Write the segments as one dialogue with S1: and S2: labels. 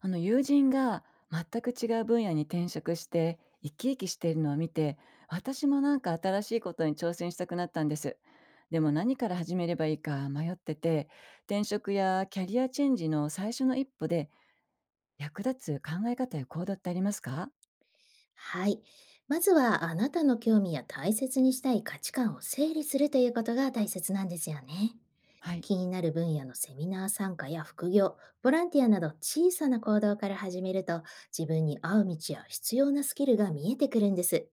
S1: あの友人が全く違う分野に転職して生き生きしているのを見て、私もなんか新しいことに挑戦したくなったんです。でも何から始めればいいか迷ってて、転職やキャリアチェンジの最初の一歩で役立つ考え方や行動ってありますか？
S2: はい。まずはあなたの興味や大切にしたい価値観を整理するということが大切なんですよね。
S1: はい。
S2: 気になる分野のセミナー参加や副業、ボランティアなど小さな行動から始めると、自分に合う道や必要なスキルが見えてくるんです。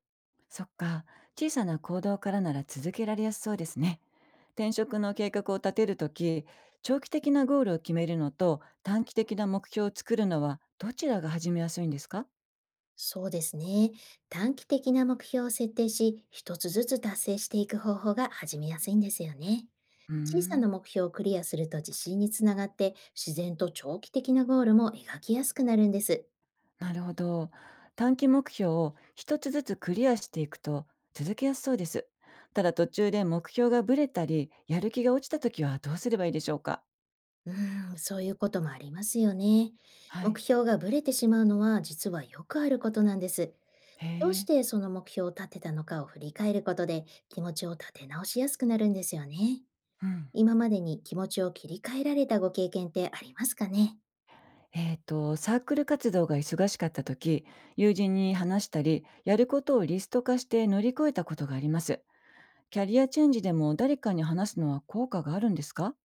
S1: そっか、小さな行動からなら続けられやすそうですね。転職の計画を立てるとき、長期的なゴールを決めるのと短期的な目標を作るのはどちらが始めやすいんですか？
S2: そうですね。短期的な目標を設定し、一つずつ達成していく方法が始めやすいんですよね。
S1: うー
S2: 小さな
S1: ん、
S2: 目標をクリアすると自信につながって、自然と長期的なゴールも描きやすくなるんです。
S1: なるほど。短期目標を一つずつクリアしていくと続けやすそうです。ただ途中で目標がぶれたり、やる気が落ちた時はどうすればいいでしょうか？
S2: そういうこともありますよね。
S1: は
S2: 目
S1: い。
S2: 標がぶれてしまうのは実はよくあることなんです。
S1: へ
S2: どうし
S1: え。
S2: てその目標を立てたのかを振り返ることで、気持ちを立て直しやすくなるんですよね。
S1: うん。
S2: 今までに気持ちを切り替えられたご経験ってありますかね？
S1: サークル活動が忙しかった時、友人に話したり、やることをリスト化して乗り越えたことがあります。キャリアチェンジでも誰かに話すのは効果があるんですか？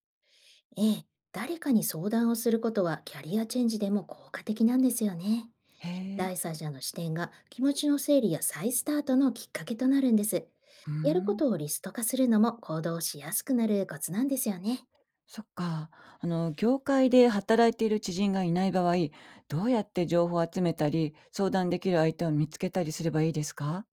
S2: ええ、誰かに相談をすることはキャリアチェンジでも効果的なんですよね。
S1: へえ。
S2: 第三者の視点が気持ちの整理や再スタートのきっかけとなるんです。
S1: うー
S2: やるこ
S1: ん。
S2: とをリスト化するのも行動しやすくなるコツなんですよね。
S1: そっか。業界で働いている知人がいない場合、どうやって情報を集めたり、相談できる相手を見つけたりすればいいですか？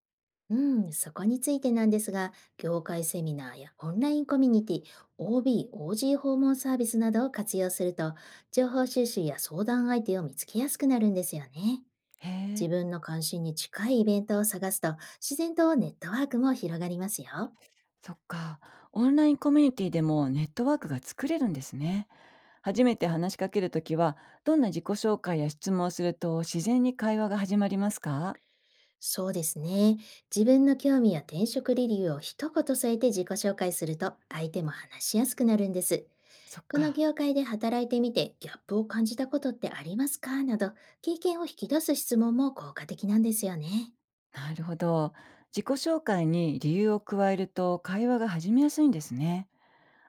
S2: うん、そこについてなんですが、業界セミナーやオンラインコミュニティ、OB、OG 訪問サービスなどを活用すると、情報収集や相談相手を見つけやすくなるんですよね。
S1: へえ、
S2: 自分の関心に近いイベントを探すと、自然とネットワークも広がりますよ。
S1: そっか。オンラインコミュニティでもネットワークが作れるんですね。初めて話しかけるときは、どんな自己紹介や質問をすると自然に会話が始まりますか？
S2: そうですね。自分の興味や転職理由を一言添えて自己紹介すると、相手も話しやすくなるんです。
S1: そっ
S2: この
S1: か。
S2: 業界で働いてみてギャップを感じたことってありますかなど、経験を引き出す質問も効果的なんですよね。
S1: なるほど。自己紹介に理由を加えると会話が始めやすいんですね。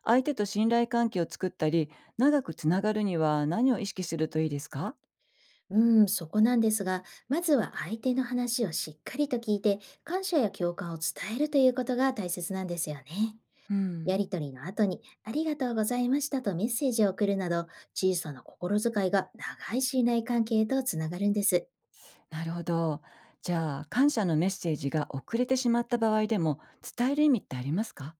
S1: 相手と信頼関係を作ったり、長くつながるには何を意識するといいですか？
S2: うん、そこなんですが、まずは相手の話をしっかりと聞いて、感謝や共感を伝えるということが大切なんですよね。
S1: う
S2: や
S1: ん、
S2: りとりの後に、ありがとうございましたとメッセージを送るなど、小さな心遣いが長い信頼関係とつながるんです。
S1: なるほど。じゃあ、感謝のメッセージが遅れてしまった場合でも、伝える意味ってありますか？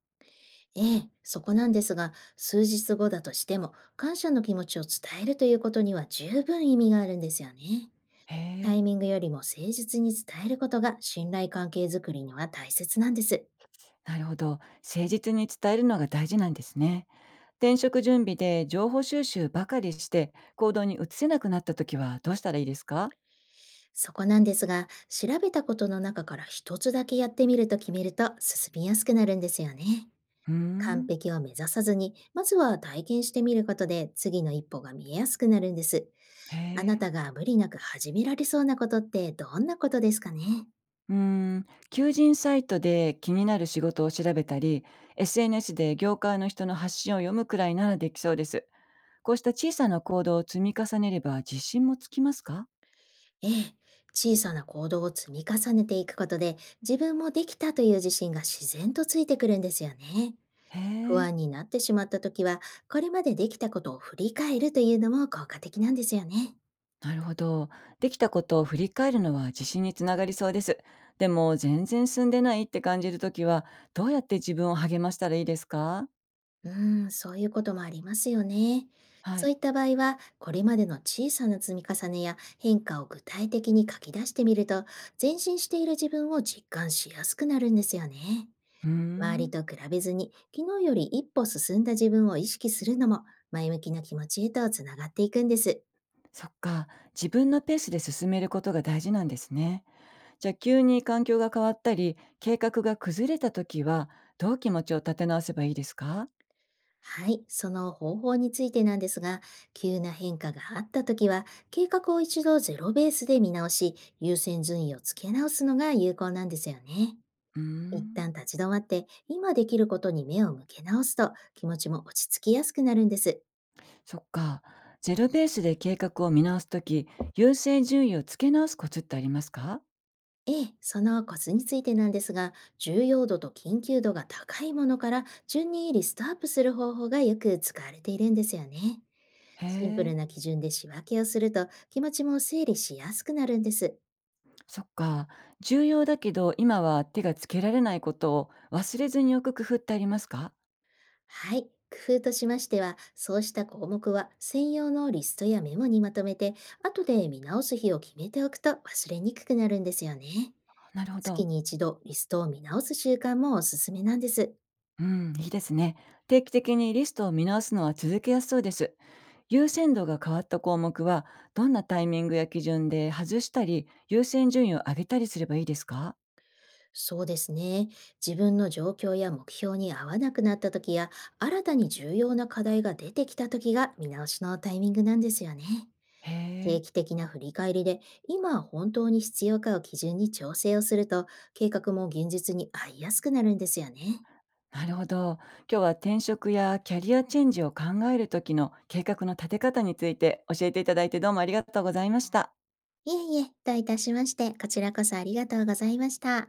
S2: ええ、そこなんですが、数日後だとしても、感謝の気持ちを伝えるということには十分意味があるんですよね。
S1: へ
S2: タ
S1: え。
S2: イミングよりも誠実に伝えることが信頼関係づくりには大切なんです。
S1: なるほど。誠実に伝えるのが大事なんですね。転職準備で情報収集ばかりして、行動に移せなくなった時はどうしたらいいですか？
S2: そこなんですが、調べたことの中から一つだけやってみると決めると進みやすくなるんですよね。
S1: うー
S2: 完
S1: ん。
S2: 璧を目指さずに、まずは体験してみることで次の一歩が見えやすくなるんです。
S1: へ
S2: あな
S1: え。
S2: たが無理なく始められそうなことってどんなことですかね？
S1: うーん、求人サイトで気になる仕事を調べたり、SNS で業界の人の発信を読むくらいならできそうです。こうした小さな行動を積み重ねれば自信もつきますか？
S2: ええ、小さな行動を積み重ねていくことで、自分もできたという自信が自然とついてくるんですよね。
S1: へ
S2: 不
S1: え、
S2: 安になってしまった時は、これまでできたことを振り返るというのも効果的なんですよね。
S1: なるほど。できたことを振り返るのは自信につながりそうです。でも、全然進んでないって感じるときは、どうやって自分を励ましたらいいですか？
S2: うん、そういうこともありますよね。
S1: は
S2: そう
S1: い。
S2: いった場合は、これまでの小さな積み重ねや変化を具体的に書き出してみると、前進している自分を実感しやすくなるんですよね。
S1: うー
S2: 周り
S1: ん、
S2: と比べずに、昨日より一歩進んだ自分を意識するのも、前向きな気持ちへとつながっていくんです。
S1: そっか。自分のペースで進めることが大事なんですね。じゃあ急に環境が変わったり計画が崩れた時は、どう気持ちを立て直せばいいですか？
S2: はい、その方法についてなんですが、急な変化があったときは、計画を一度ゼロベースで見直し、優先順位をつけ直すのが有効なんですよね。
S1: うー
S2: 一
S1: ん。
S2: 旦立ち止まって、今できることに目を向け直すと、気持ちも落ち着きやすくなるんです。
S1: そっか。ゼロベースで計画を見直す時、優先順位をつけ直すコツってありますか？
S2: ええ、そのコツについてなんですが、重要度と緊急度が高いものから順にリストアップする方法がよく使われているんですよね。
S1: へ
S2: シンプル
S1: え。
S2: な基準で仕分けをすると気持ちも整理しやすくなるんです。
S1: そっか。重要だけど今は手がつけられないことを忘れずに置く工夫ってありますか？
S2: はい。工夫としましては、そうした項目は専用のリストやメモにまとめて、後で見直す日を決めておくと忘れにくくなるんですよね。
S1: なるほ
S2: 月
S1: ど。
S2: に一度リストを見直す習慣もおすすめなんです。
S1: うん、いいですね。定期的にリストを見直すのは続けやすそうです。優先度が変わった項目は、どんなタイミングや基準で外したり、優先順位を上げたりすればいいですか？
S2: そうですね。自分の状況や目標に合わなくなった時や、新たに重要な課題が出てきた時が見直しのタイミングなんですよね。
S1: へ
S2: 定
S1: え、
S2: 期的な振り返りで、今本当に必要かを基準に調整をすると、計画も現実に合いやすくなるんですよね。
S1: なるほど。今日は転職やキャリアチェンジを考える時の計画の立て方について教えていただいて、どうもありがとうございました。
S2: いえいえ、どういたしまして、こちらこそありがとうございました。